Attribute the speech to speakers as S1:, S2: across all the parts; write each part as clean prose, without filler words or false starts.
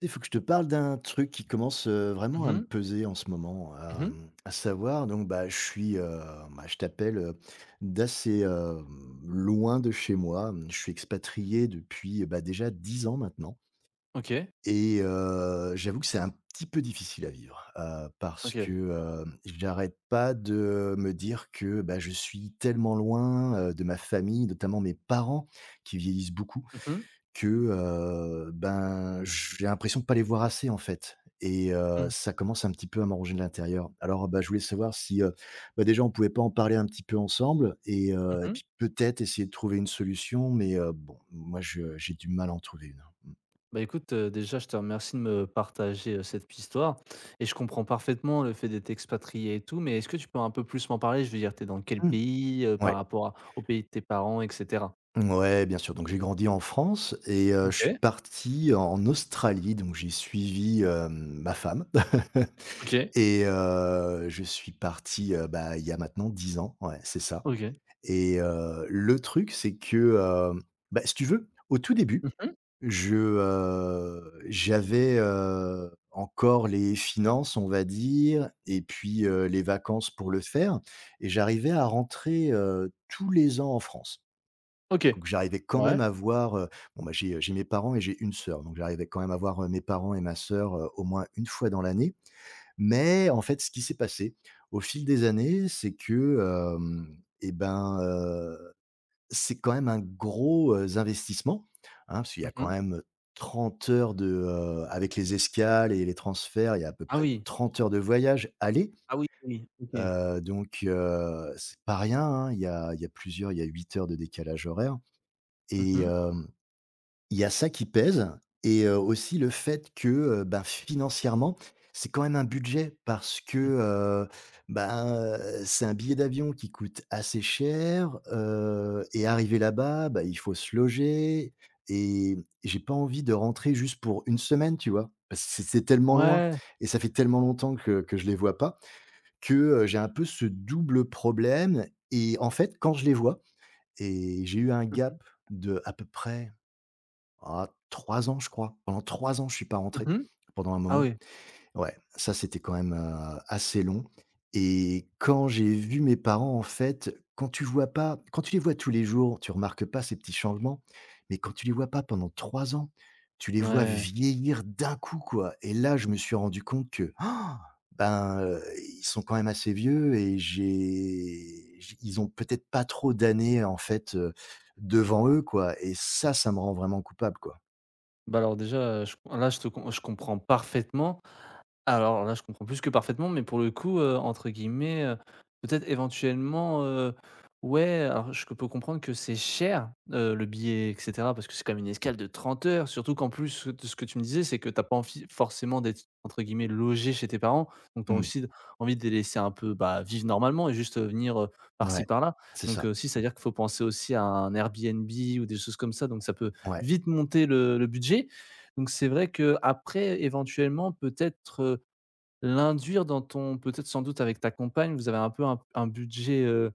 S1: Il faut que je te parle d'un truc qui commence,
S2: Mmh
S1: vraiment à me
S2: mh.
S1: peser en ce moment,
S2: Mmh.
S1: hem, à savoir donc bah, je t'appelle, d'assez, loin de chez moi. Mmh, je suis expatrié depuis, bah, déjà 10 ans maintenant
S2: OK.
S1: et j'avoue que c'est un petit peu difficile à vivre, parce
S2: OK.
S1: que, j'arrête pas de me dire que, bah, je suis tellement loin, de ma famille, notamment mes parents qui vieillissent beaucoup.
S2: Mmh mh.
S1: Que, ben, j'ai l'impression de pas les voir assez, en fait et
S2: Mmh.
S1: ça commence un petit peu à m'arranger de l'intérieur. Alors, bah, je voulais savoir si, bah, déjà, on pouvait pas en parler un petit peu ensemble et
S2: Mmh.
S1: puis peut-être essayer de trouver une solution mais bon, moi, je j'ai du mal à en trouver une, hein.
S2: Bah, écoute, déjà, je te remercie de me partager, cette p histoire et je comprends parfaitement le fait d'être expatrié et tout, mais est-ce que tu peux un peu plus m'en parler? Je veux dire, t'es dans quel
S1: Mmh.
S2: pays, par
S1: Ouais.
S2: rapport à au pays de tes parents et cetera?
S1: Ouais, bien sûr, donc j'ai grandi en France et je suis
S2: OK.
S1: parti en Australie, donc j'ai suivi, ma femme
S2: OK.
S1: et je suis parti, bah, il y a maintenant 10 ans, ouais, c'est ça.
S2: OK.
S1: Et le truc, c'est que, bah, si tu veux, au tout début,
S2: Mmh.
S1: j'avais, encore les finances, on va dire, et puis, les vacances pour le faire et j'arrivais à rentrer, tous les ans en France.
S2: OK.
S1: Donc j'arrivais quand
S2: Ouais.
S1: même à voir, bon, bah, j'ai mes parents et j'ai une sœur, donc j'arrivais quand même à voir, mes parents et ma sœur, au moins une fois dans l'année. Mais en fait, ce qui s'est passé au fil des années, c'est que, et ben, c'est quand même un gros, investissement, hein, parce qu'il y a quand
S2: Mmh.
S1: même 30 heures de, avec les escales et les transferts, il y a à peu
S2: Ah
S1: près
S2: oui.
S1: 30 heures de voyage aller,
S2: Ah oui, oui. OK.
S1: heu, donc c'est pas rien, hein. Il y a 8 heures de décalage horaire et
S2: Mmh mh.
S1: hem il y a ça qui pèse et aussi le fait que, bah, financièrement, c'est quand même un budget parce que,
S2: Mmh.
S1: heu, ben, heu, c'est un billet d'avion qui coûte assez cher, et arriver là-bas, bah, il faut se loger et j'ai pas envie de rentrer juste pour une semaine, tu vois? Parce que c'est tellement loin
S2: Ouais.
S1: et ça fait tellement longtemps que je les vois pas que, j'ai un peu ce double problème et en fait, quand je les vois et j'ai eu un
S2: Mmh mh.
S1: gap de à peu près 3 ans, je crois. Pendant 3 ans, je suis pas rentré,
S2: Mmh.
S1: pendant un
S2: Ah
S1: moment.
S2: oui.
S1: Ouais, ça, c'était quand même, assez long et quand j'ai vu mes parents, en fait, quand tu vois pas quand tu les vois tous les jours, tu remarques pas ces petits changements, mais quand tu les vois pas pendant 3 ans, tu les vois
S2: Ouais.
S1: vieillir d'un coup, quoi et là, je me suis rendu compte que, ils sont quand même assez vieux et j'ai j ils ont peut-être pas trop d'années, en fait, devant eux, quoi et ça me rend vraiment coupable, quoi.
S2: Bah, alors déjà, je comprends parfaitement. Alors là, je comprends plus que parfaitement, mais pour le coup, entre guillemets, peut-être éventuellement, ouais, alors je peux comprendre que c'est cher, le billet et cetera, parce que c'est quand même une escale de 30 heures, surtout qu'en plus de ce que tu me disais, c'est que tu as pas enfi forcément d'être entre guillemets «logé» chez tes parents, donc tu as
S1: Mmh.
S2: aussi d envie de les laisser un peu, bah, vivre normalement et juste, venir, par-ci
S1: Ouais,
S2: par-là,
S1: c'est
S2: donc
S1: ça.
S2: aussi c'est à dire qu'il faut penser aussi à un Airbnb ou des choses comme ça, donc ça peut
S1: Ouais,
S2: vite monter le budget, donc c'est vrai qu'après éventuellement peut-être, l'induire dans ton peut-être sans doute avec ta compagne, vous avez un peu un budget,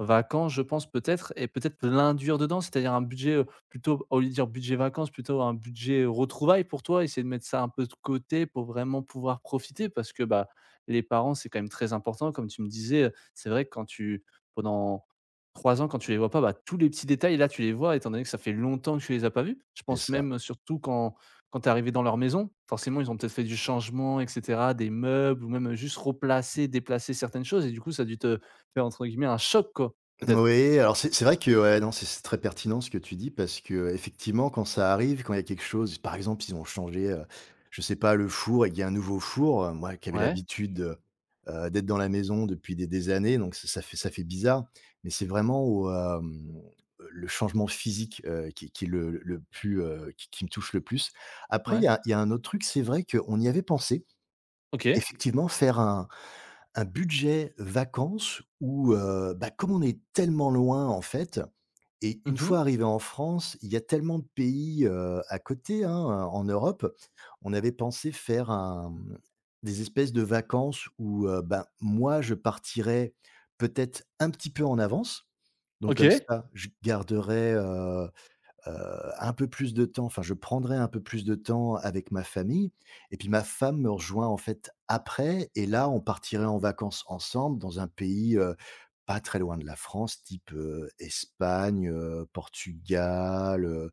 S2: vacances, je pense peut-être et peut-être l'induire dedans, c'est-à-dire un budget, plutôt au lieu de dire budget vacances, plutôt un budget retrouvailles pour toi, essayer de mettre ça un peu de côté pour vraiment pouvoir profiter parce que, bah, les parents, c'est quand même très important comme tu me disais, c'est vrai que quand tu pendant 3 ans, quand tu les vois pas, bah, tous les petits détails là, tu les vois étant donné que ça fait longtemps que tu les as pas vus. Je
S1: c'est
S2: pense
S1: ça.
S2: même surtout quand tu es arrivé dans leur maison, forcément, ils ont peut-être fait du changement et cetera, des meubles ou même, juste replacer, déplacer certaines choses et du coup, ça a dû te faire entre guillemets un choc quoi, peut-être?
S1: Oui, alors c'est vrai que ouais, non, c'est très pertinent ce que tu dis parce que effectivement, quand ça arrive, quand il y a quelque chose par exemple, ils ont changé, je sais pas, le four et qu'il y a un nouveau four, moi qui avais
S2: Ouais,
S1: l'habitude, d'être dans la maison depuis des années, donc ça fait bizarre, mais c'est vraiment le changement physique, qui est le plus, qui me touche le plus. Après il
S2: ouais,
S1: y a il y a un autre truc, c'est vrai qu'on y avait pensé,
S2: OK.
S1: effectivement faire un budget vacances où, bah, comme on est tellement loin en fait et une
S2: Mmh.
S1: fois arrivé en France, il y a tellement de pays, à côté, hein, en Europe. On avait pensé faire des espèces de vacances où, ben, moi je partirais peut-être un petit peu en avance. Donc comme
S2: OK.
S1: ça, je garderaisheu, un peu plus de temps, enfin je prendrai un peu plus de temps avec ma famille et puis ma femme me rejoint en fait après et là on partirait en vacances ensemble dans un pays, pas très loin de la France, type, Espagne, Portugal,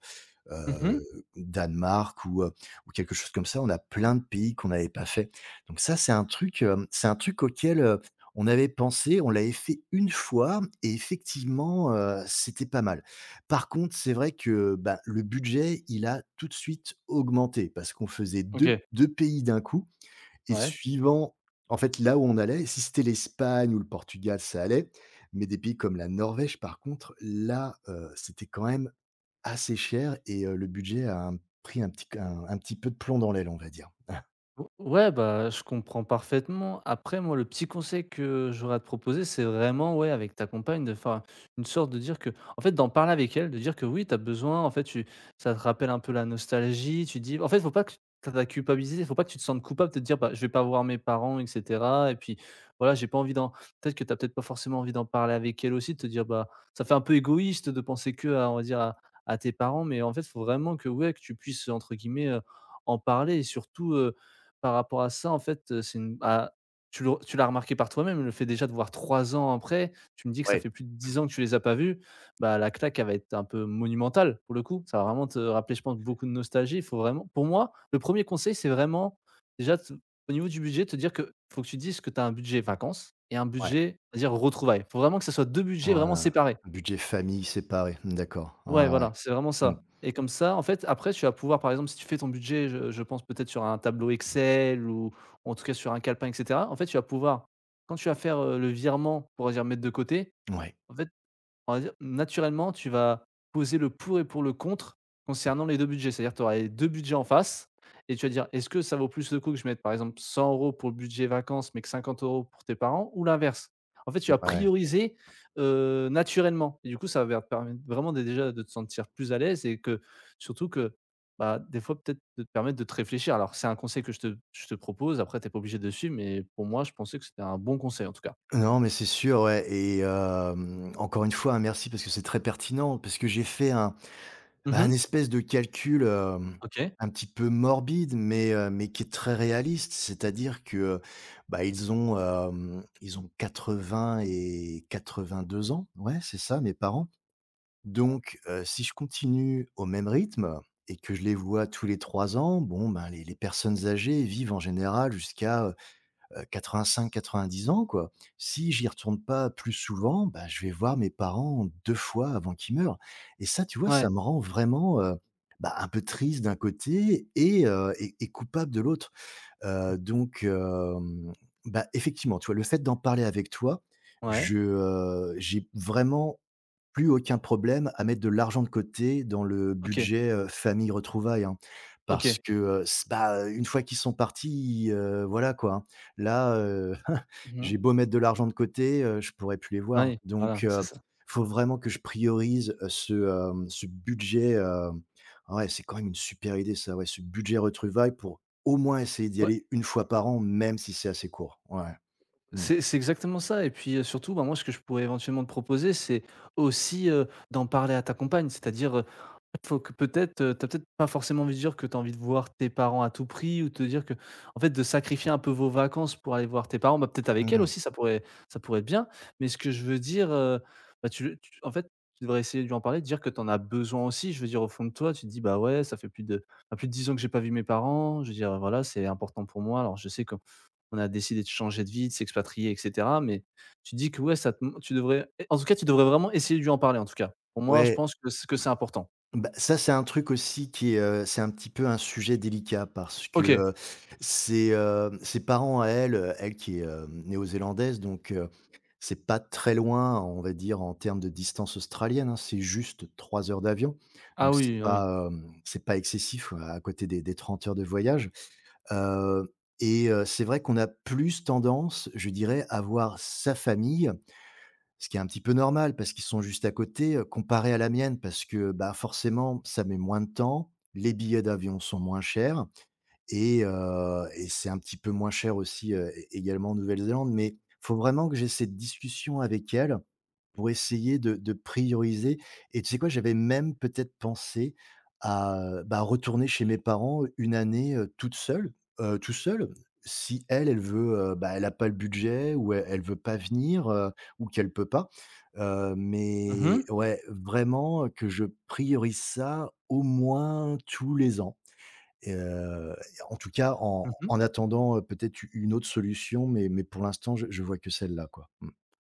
S2: Mmh.
S1: heu, Danemark ou quelque chose comme ça. On a plein de pays qu'on n'avait pas fait. Donc ça, c'est un truc, auquel, on avait pensé. On l'avait fait une fois et effectivement, c'était pas mal. Par contre, c'est vrai que, bah, le budget, il a tout de suite augmenté parce qu'on faisait deux
S2: OK.
S1: 2 pays d'un coup et
S2: Ouais.
S1: suivant en fait, là où on allait, si c'était l'Espagne ou le Portugal, ça allait, mais des pays comme la Norvège, par contre, là, c'était quand même assez cher et le budget a pris un petit peu de plomb dans l'aile, on va dire.
S2: O Ouais, bah, je comprends parfaitement. Après, moi, le petit conseil que j'aurais à te proposer, c'est vraiment, ouais, avec ta compagne, de faire une sorte de dire que en fait, d'en parler avec elle, de dire que oui, tu as besoin, en fait, tu ça te rappelle un peu la nostalgie, tu dis en fait, faut pas que tu aies à culpabiliser, faut pas que tu te sentes coupable de te dire: «Bah, je vais pas voir mes parents et cetera» et puis, voilà, j'ai pas envie d'en peut-être que tu peut-être pas forcément envie d'en parler avec elle aussi, de te dire: «Bah» ça fait un peu égoïste de penser qu'à, on va dire, à tes parents mais en fait, faut vraiment que, ouais, que tu puisses, entre guillemets, en parler et surtout, par rapport à ça, en fait, c'est une bah, tu l'as remarqué par toi-même, le fait déjà de voir 3 ans après, tu me dis que ça
S1: Ouais.
S2: fait plus de 10 ans que tu les as pas vus, bah, la claque, elle va être un peu monumentale pour le coup. Ça va vraiment te rappeler, je pense, beaucoup de nostalgie. Il faut vraiment pour moi, le premier conseil, c'est vraiment déjà te au niveau du budget, te dire que faut que tu dises que tu as un budget vacances et un
S1: Ouais,
S2: budget, on va dire retrouvailles. Il faut vraiment que ça soit 2
S1: ouais,
S2: budgets
S1: ouais,
S2: vraiment
S1: ouais.
S2: séparés.
S1: Budget famille séparé, d'accord.
S2: Ouais,
S1: Ouais, ouais.
S2: voilà, c'est vraiment
S1: Mmh,
S2: ça et comme ça, en fait, après, tu vas pouvoir, par exemple, si tu fais ton budget, je pense peut-être sur un tableau Excel ou en tout cas sur un calepin et cetera. En fait, tu vas pouvoir, quand tu vas faire, le virement pour, dire, mettre de côté,
S1: ouais,
S2: en fait on va dire, naturellement, tu vas poser le pour et pour le contre concernant les 2 budgets. C'est-à-dire, tu auras les 2 budgets en face et tu vas dire: «Est-ce que ça vaut plus le coup que je mette, par exemple, 100 euros pour le budget vacances, mais que 50 euros pour tes parents?» ou l'inverse? En fait, tu vas
S1: ouais.
S2: prioriser, naturellement et du coup, ça va te permettre vraiment de déjà de te sentir plus à l'aise et que surtout que, bah, des fois, peut-être de te permettre de te réfléchir. Alors, c'est un conseil que je te propose. Après, tu es pas obligé dessus mais pour moi, je pensais que c'était un bon conseil, en tout cas.
S1: Non, mais c'est sûr, ouais encore une fois, hein, merci parce que c'est très pertinent, parce que j'ai fait un
S2: Mmh.
S1: espèce de calcul,
S2: OK.
S1: un petit peu morbide, mais qui est très réaliste. C'est-à-dire que, bah, ils ont 80 et 82 ans. Ouais, c'est ça, mes parents. Donc, si je continue au même rythme et que je les vois tous les 3 ans, bon, ben, les personnes âgées vivent en général jusqu'à, 85-90 ans, quoi. Si j'y retourne pas plus souvent, ben je vais voir mes parents 2 fois avant qu'ils meurent et ça, tu vois,
S2: Ouais,
S1: ça me rend vraiment, bah, un peu triste d'un côté et coupable de l'autre. Donc, bah, effectivement, tu vois, le fait d'en parler avec toi,
S2: ouais,
S1: j'ai vraiment plus aucun problème à mettre de l'argent de côté dans le
S2: OK.
S1: budget, famille retrouvailles, hein. Parce
S2: OK.
S1: que, s bah, une fois qu'ils sont partis, voilà quoi, hein. Là,
S2: Mmh.
S1: j'ai beau mettre de l'argent de côté, je pourrais plus les voir.
S2: Oui,
S1: Donc,
S2: voilà, c'est
S1: heu,
S2: ça.
S1: faut vraiment que je priorise, ce budget. Ouais, c'est quand même une super idée ça, ouais, ce budget retrouvailles pour au moins essayer d'y
S2: Ouais,
S1: aller une fois par an, même si c'est assez court. Ouais. Mmh.
S2: c'est exactement ça et puis, surtout, bah, moi, ce que je pourrais éventuellement te proposer, c'est aussi, d'en parler à ta compagne. C'est-à-dire, faut que peut-être, tu peut-être pas forcément envie de dire que t'as envie de voir tes parents à tout prix ou te dire que en fait, de sacrifier un peu vos vacances pour aller voir tes parents, bah, peut-être avec elle
S1: Mmh.
S2: aussi, ça pourrait être bien. Mais ce que je veux dire, bah, tu le tu en fait, tu devrais essayer de lui en parler, de dire que t'en as besoin aussi. Je veux dire au fond de toi, tu te dis: «Bah, ouais, ça fait plus de 10 ans que j'ai pas vu mes parents. Je veux dire, voilà, c'est important pour moi. Alors je sais qu'on a décidé de changer de vie, de s'expatrier et cetera». Mais tu dis que ouais, ça te tu devrais, en tout cas, tu devrais vraiment essayer de lui en parler, en tout cas. Pour moi, je
S1: Ouais.
S2: pense que c que c'est important.
S1: Bah, ça, c'est un truc aussi qui est, c'est un petit peu un sujet délicat parce que,
S2: OK.
S1: ses, ses parents à elle, elle qui est, néo-zélandaise, donc c'est pas très loin, on va dire, en termes de distance australienne, hein, c'est juste 3 heures d'avion,
S2: Ah
S1: donc c'est
S2: oui, ah oui.
S1: pas, hem, c'est pas excessif, à côté des 30 heures de voyage, heu et c'est vrai qu'on a plus tendance, je dirais, à voir sa famille ce qui est un petit peu normal parce qu'ils sont juste à côté, comparé à la mienne parce que, bah, forcément, ça met moins de temps, les billets d'avion sont moins chers et c'est un petit peu moins cher aussi, é également en Nouvelle-Zélande, mais faut vraiment que j'ai cette discussion avec elle pour essayer de prioriser et tu sais quoi? J'avais même peut-être pensé à, bah, retourner chez mes parents une année, toute seule, tout seul. Si elle, elle veut, bah, elle a pas le budget ou elle elle veut pas venir, ou qu'elle peut pas,
S2: Mmh
S1: mais
S2: mh.
S1: ouais, vraiment que je priorise ça au moins tous les ans. Et en tout cas, en
S2: Mmh.
S1: en attendant, peut-être une autre solution, mais pour l'instant, je vois que celle-là, quoi. Mmh.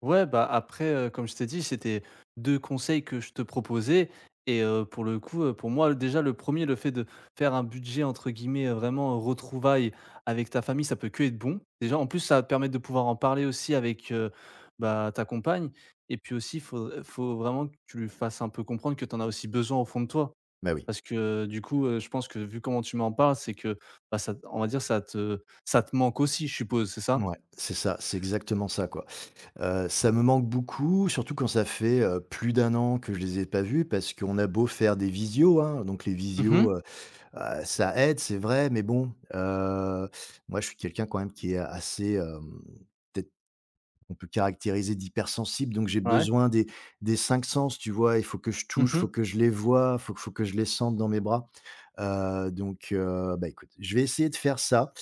S2: Ouais, bah, après, comme je t'ai dit, c'était 2 conseils que je te proposais et pour le coup, pour moi, déjà, le premier, le fait de faire un budget, entre guillemets, vraiment, «retrouvailles» avec ta famille, ça peut que être bon. Déjà, en plus, ça va te permettre de pouvoir en parler aussi avec, bah, ta compagne et puis aussi, il faut vraiment que tu lui fasses un peu comprendre que tu en as aussi besoin au fond de toi.
S1: Bah, oui.
S2: Parce que, du coup, je pense que vu comment tu m'en parles, c'est que, bah, ça on va dire, ça te manque aussi, je suppose, c'est ça?
S1: Ouais, c'est ça, c'est exactement ça, quoi. Ça me manque beaucoup, surtout quand ça fait, plus d'un an que je les ai pas vus parce qu'on a beau faire des visios, hein, donc les
S2: Mmh.
S1: visios, ça aide, c'est vrai, mais bon, moi, je suis quelqu'un quand même qui est assez, peut-être on peut caractériser d'hypersensible, donc j'ai
S2: Ouais.
S1: besoin des 5 sens, tu vois? Il faut que je
S2: Mmh
S1: touche, il
S2: mh.
S1: faut que je les voie, faut que je les sente dans mes bras. Donc, bah, écoute, je vais essayer de faire ça,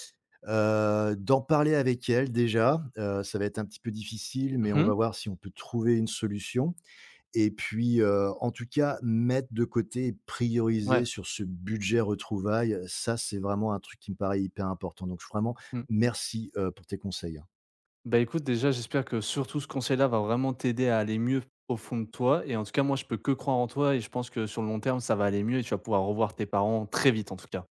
S1: heu, d'en parler avec elle déjà, ça va être un petit peu difficile, mais on
S2: Mmh.
S1: va voir si on peut trouver une solution et puis, en tout cas, mettre de côté et
S2: Ouais.
S1: prioriser sur ce budget retrouvailles, ça, c'est vraiment un truc qui me paraît hyper important. Donc vraiment,
S2: Mmh.
S1: merci, pour tes conseils, hein.
S2: Bah, écoute, déjà, j'espère que surtout ce conseil-là va vraiment t'aider à aller mieux au fond de toi et en tout cas, moi, je peux que croire en toi et je pense que sur le long terme, ça va aller mieux et tu vas pouvoir revoir tes parents très vite, en tout cas.